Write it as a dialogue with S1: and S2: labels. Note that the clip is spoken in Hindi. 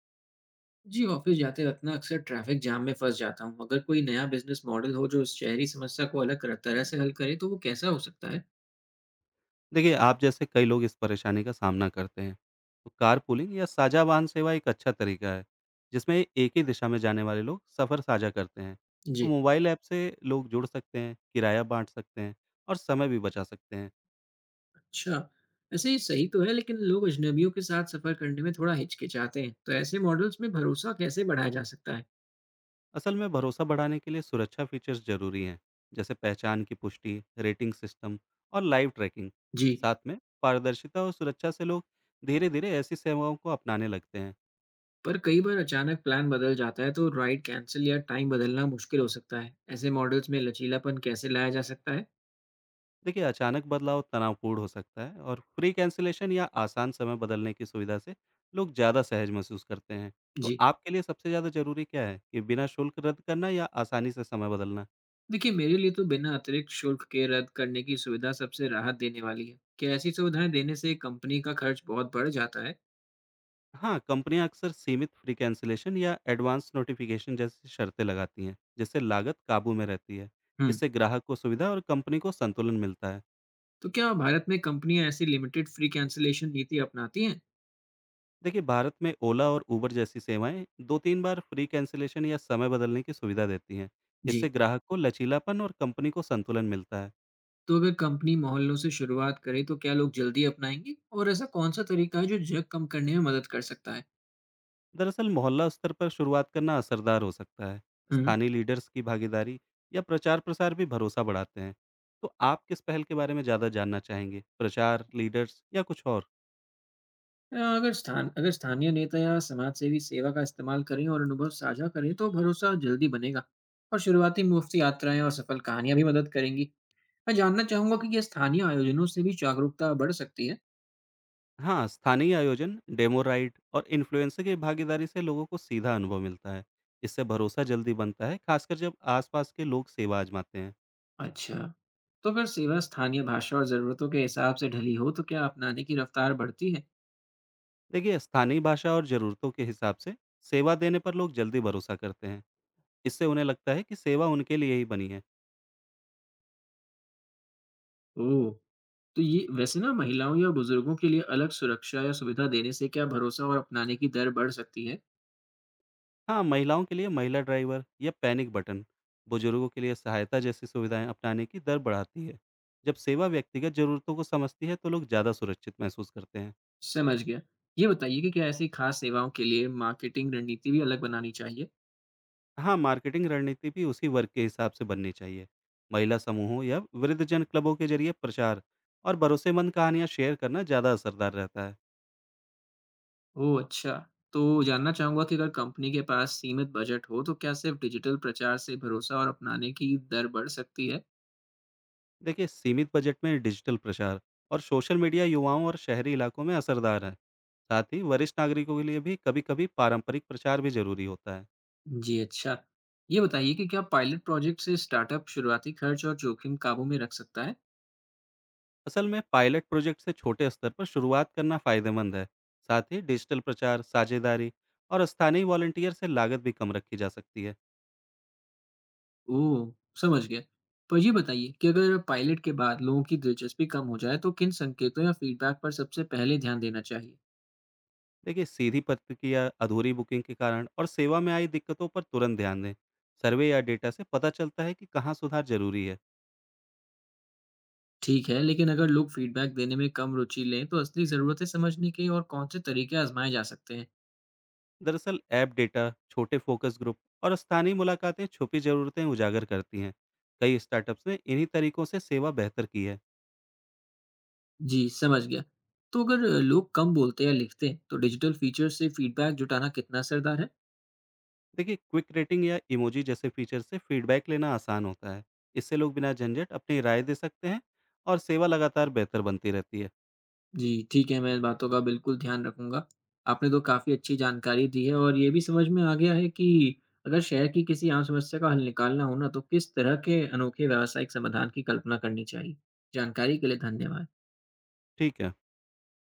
S1: जी, ऑफ़िस जाते वक़्त ना अक्सर ट्रैफ़िक जाम में फँस जाता हूँ। अगर कोई नया बिज़नेस मॉडल हो, जो इस शहरी समस्या को अलग कर तरह से हल करे, तो वो कैसा हो सकता है?
S2: देखिए, आप जैसे कई लोग इस परेशानी का सामना करते हैं। तो कारपूलिंग या साझा वाहन सेवा एक अच्छा तरीका है, जिसमें एक ही दिशा में जाने वाले लोग सफ़र साझा करते हैं। तो
S1: जी।
S2: मोबाइल ऐप से लोग जुड़ सकते हैं, किराया बाँट सकते हैं और समय भी बचा सकते हैं।
S1: अच्छा, वैसे ये सही तो है, लेकिन लोग अजनबियों के साथ सफ़र करने में थोड़ा हिचकिचाते हैं। तो ऐसे मॉडल्स में भरोसा कैसे बढ़ाया जा सकता है?
S2: असल में भरोसा बढ़ाने के लिए सुरक्षा फीचर्स ज़रूरी हैं, जैसे पहचान की पुष्टि, रेटिंग सिस्टम और लाइव ट्रैकिंग।
S1: जी।
S2: साथ में पारदर्शिता और सुरक्षा से लोग धीरे-धीरे ऐसी सेवाओं को अपनाने लगते हैं।
S1: पर कई बार अचानक प्लान बदल जाता है, तो राइड कैंसल या टाइम बदलना मुश्किल हो सकता है। ऐसे मॉडल्स में लचीलापन कैसे लाया जा सकता है?
S2: देखिए, अचानक बदलाव तनावपूर्ण हो सकता है और फ्री कैंसिलेशन या आसान समय बदलने की सुविधा से लोग ज़्यादा सहज महसूस करते हैं। तो
S1: जी।
S2: आपके लिए सबसे ज़्यादा जरूरी क्या है, कि बिना शुल्क रद्द करना या आसानी से समय बदलना?
S1: देखिए, मेरे लिए तो बिना अतिरिक्त शुल्क के रद्द करने की सुविधा सबसे राहत देने वाली है। क्या ऐसी सुविधाएं देने से कंपनी का खर्च बहुत बढ़ जाता है?
S2: हाँ, कंपनियां अक्सर सीमित फ्री कैंसिलेशन या एडवांस नोटिफिकेशन जैसी शर्तें लगाती हैं, जिससे लागत काबू में रहती है।
S1: हम्म।
S2: इससे ग्राहक को सुविधा और कंपनी को संतुलन मिलता है।
S1: तो क्या भारत में कंपनियां ऐसी लिमिटेड फ्री कैंसिलेशन नीति अपनाती हैं?
S2: देखिए, भारत में ओला और ऊबर जैसी सेवाएं दो तीन बार फ्री कैंसिलेशन या समय बदलने की सुविधा देती हैं। इससे
S1: जी।
S2: ग्राहक को लचीलापन और कंपनी को संतुलन मिलता है।
S1: तो अगर कंपनी मोहल्लों से शुरुआत करे, तो क्या लोग जल्दी अपनाएंगे, और ऐसा कौन सा तरीका है जो जग कम करने में मदद कर सकता है?
S2: दरअसल, मोहल्ला स्तर पर शुरुआत करना असरदार हो सकता है।
S1: हम्म।
S2: स्थानीय लीडर्स की भागीदारी या प्रचार प्रसार भी भरोसा बढ़ाते हैं। तो आप किस पहल के बारे में ज़्यादा जानना चाहेंगे, प्रचार, लीडर्स या कुछ और?
S1: अगर स्थानीय नेता या समाज सेवी सेवा का इस्तेमाल करें और अनुभव साझा करें, तो भरोसा जल्दी बनेगा। और शुरुआती मुफ्त यात्राएं और सफल कहानियां भी मदद करेंगी। मैं जानना चाहूँगा कि क्या स्थानीय आयोजनों से भी जागरूकता बढ़ सकती है?
S2: हाँ, स्थानीय आयोजन, डेमो राइड और इन्फ्लुएंसर की भागीदारी से लोगों को सीधा अनुभव मिलता है। इससे भरोसा जल्दी बनता है, खासकर जब आसपास के लोग सेवा आजमाते हैं।
S1: अच्छा। तो फिर सेवा स्थानीय भाषा और ज़रूरतों के हिसाब से ढली हो, तो क्या अपनाने की रफ्तार बढ़ती है?
S2: देखिए, स्थानीय भाषा और जरूरतों के हिसाब से सेवा देने पर लोग जल्दी भरोसा करते हैं। इससे उन्हें लगता है कि सेवा उनके लिए ही बनी है।
S1: ओह। तो ये वैसे ना महिलाओं या बुजुर्गों के लिए अलग सुरक्षा या सुविधा देने से क्या भरोसा और अपनाने की दर बढ़ सकती है?
S2: हाँ, महिलाओं के लिए महिला ड्राइवर या पैनिक बटन, बुजुर्गों के लिए सहायता जैसी सुविधाएं अपनाने की दर बढ़ाती है। जब सेवा व्यक्तिगत जरूरतों को समझती है, तो लोग ज़्यादा सुरक्षित महसूस करते हैं।
S1: समझ गया। ये बताइए कि क्या ऐसी खास सेवाओं के लिए मार्केटिंग रणनीति भी अलग बनानी चाहिए?
S2: हाँ, मार्केटिंग रणनीति भी उसी वर्ग के हिसाब से बननी चाहिए। महिला समूहों या वृद्धजन क्लबों के जरिए प्रचार और भरोसेमंद कहानियाँ शेयर करना ज़्यादा असरदार रहता है।
S1: ओह, अच्छा। तो जानना चाहूँगा कि अगर कंपनी के पास सीमित बजट हो, तो क्या सिर्फ डिजिटल प्रचार से भरोसा और अपनाने की दर बढ़ सकती है?
S2: देखिए, सीमित बजट में डिजिटल प्रचार और सोशल मीडिया युवाओं और शहरी इलाकों में असरदार है। साथ ही वरिष्ठ नागरिकों के लिए भी कभी कभी पारंपरिक प्रचार भी जरूरी होता है।
S1: जी, अच्छा। ये बताइए कि क्या पायलट प्रोजेक्ट से स्टार्टअप शुरुआती खर्च और जोखिम काबू में रख सकता है?
S2: असल में पायलट प्रोजेक्ट से छोटे स्तर पर शुरुआत करना फायदेमंद है। साथ ही डिजिटल प्रचार, साझेदारी और स्थानीय वॉलंटियर से लागत भी कम रखी जा सकती है।
S1: ओह! समझ गया। पर ये बताइए कि अगर पायलट के बाद लोगों की दिलचस्पी कम हो जाए, तो किन संकेतों या फीडबैक पर सबसे पहले ध्यान देना चाहिए?
S2: देखिए, सीधी प्रतिक्रिया, अधूरी बुकिंग के कारण और सेवा में आई दिक्कतों पर तुरंत ध्यान दें। सर्वे या डेटा से पता चलता है कि कहाँ सुधार जरूरी है।
S1: ठीक है, लेकिन अगर लोग फीडबैक देने में कम रुचि लें, तो असली ज़रूरतें समझने के और कौन-से तरीके आज़माए जा सकते हैं?
S2: दरअसल ऐप डेटा, छोटे फोकस ग्रुप और स्थानीय मुलाकातें छुपी जरूरतें उजागर करती हैं। कई स्टार्टअप्स ने इन्हीं तरीकों से सेवा बेहतर की है।
S1: जी, समझ गया। तो अगर लोग कम बोलते या लिखते हैं, तो डिजिटल फीचर्स से फीडबैक जुटाना कितना असरदार है?
S2: देखिए, क्विक रेटिंग या इमोजी जैसे फीचर से फीडबैक लेना आसान होता है। इससे लोग बिना झंझट अपनी राय दे सकते हैं और सेवा लगातार बेहतर बनती रहती है।
S1: जी, ठीक है, मैं इन बातों का बिल्कुल ध्यान रखूँगा। आपने तो काफ़ी अच्छी जानकारी दी है और ये भी समझ में आ गया है कि अगर शहर की किसी आम समस्या का हल निकालना हो ना, तो किस तरह के अनोखे व्यावसायिक समाधान की कल्पना करनी चाहिए। जानकारी के लिए धन्यवाद।
S2: ठीक है।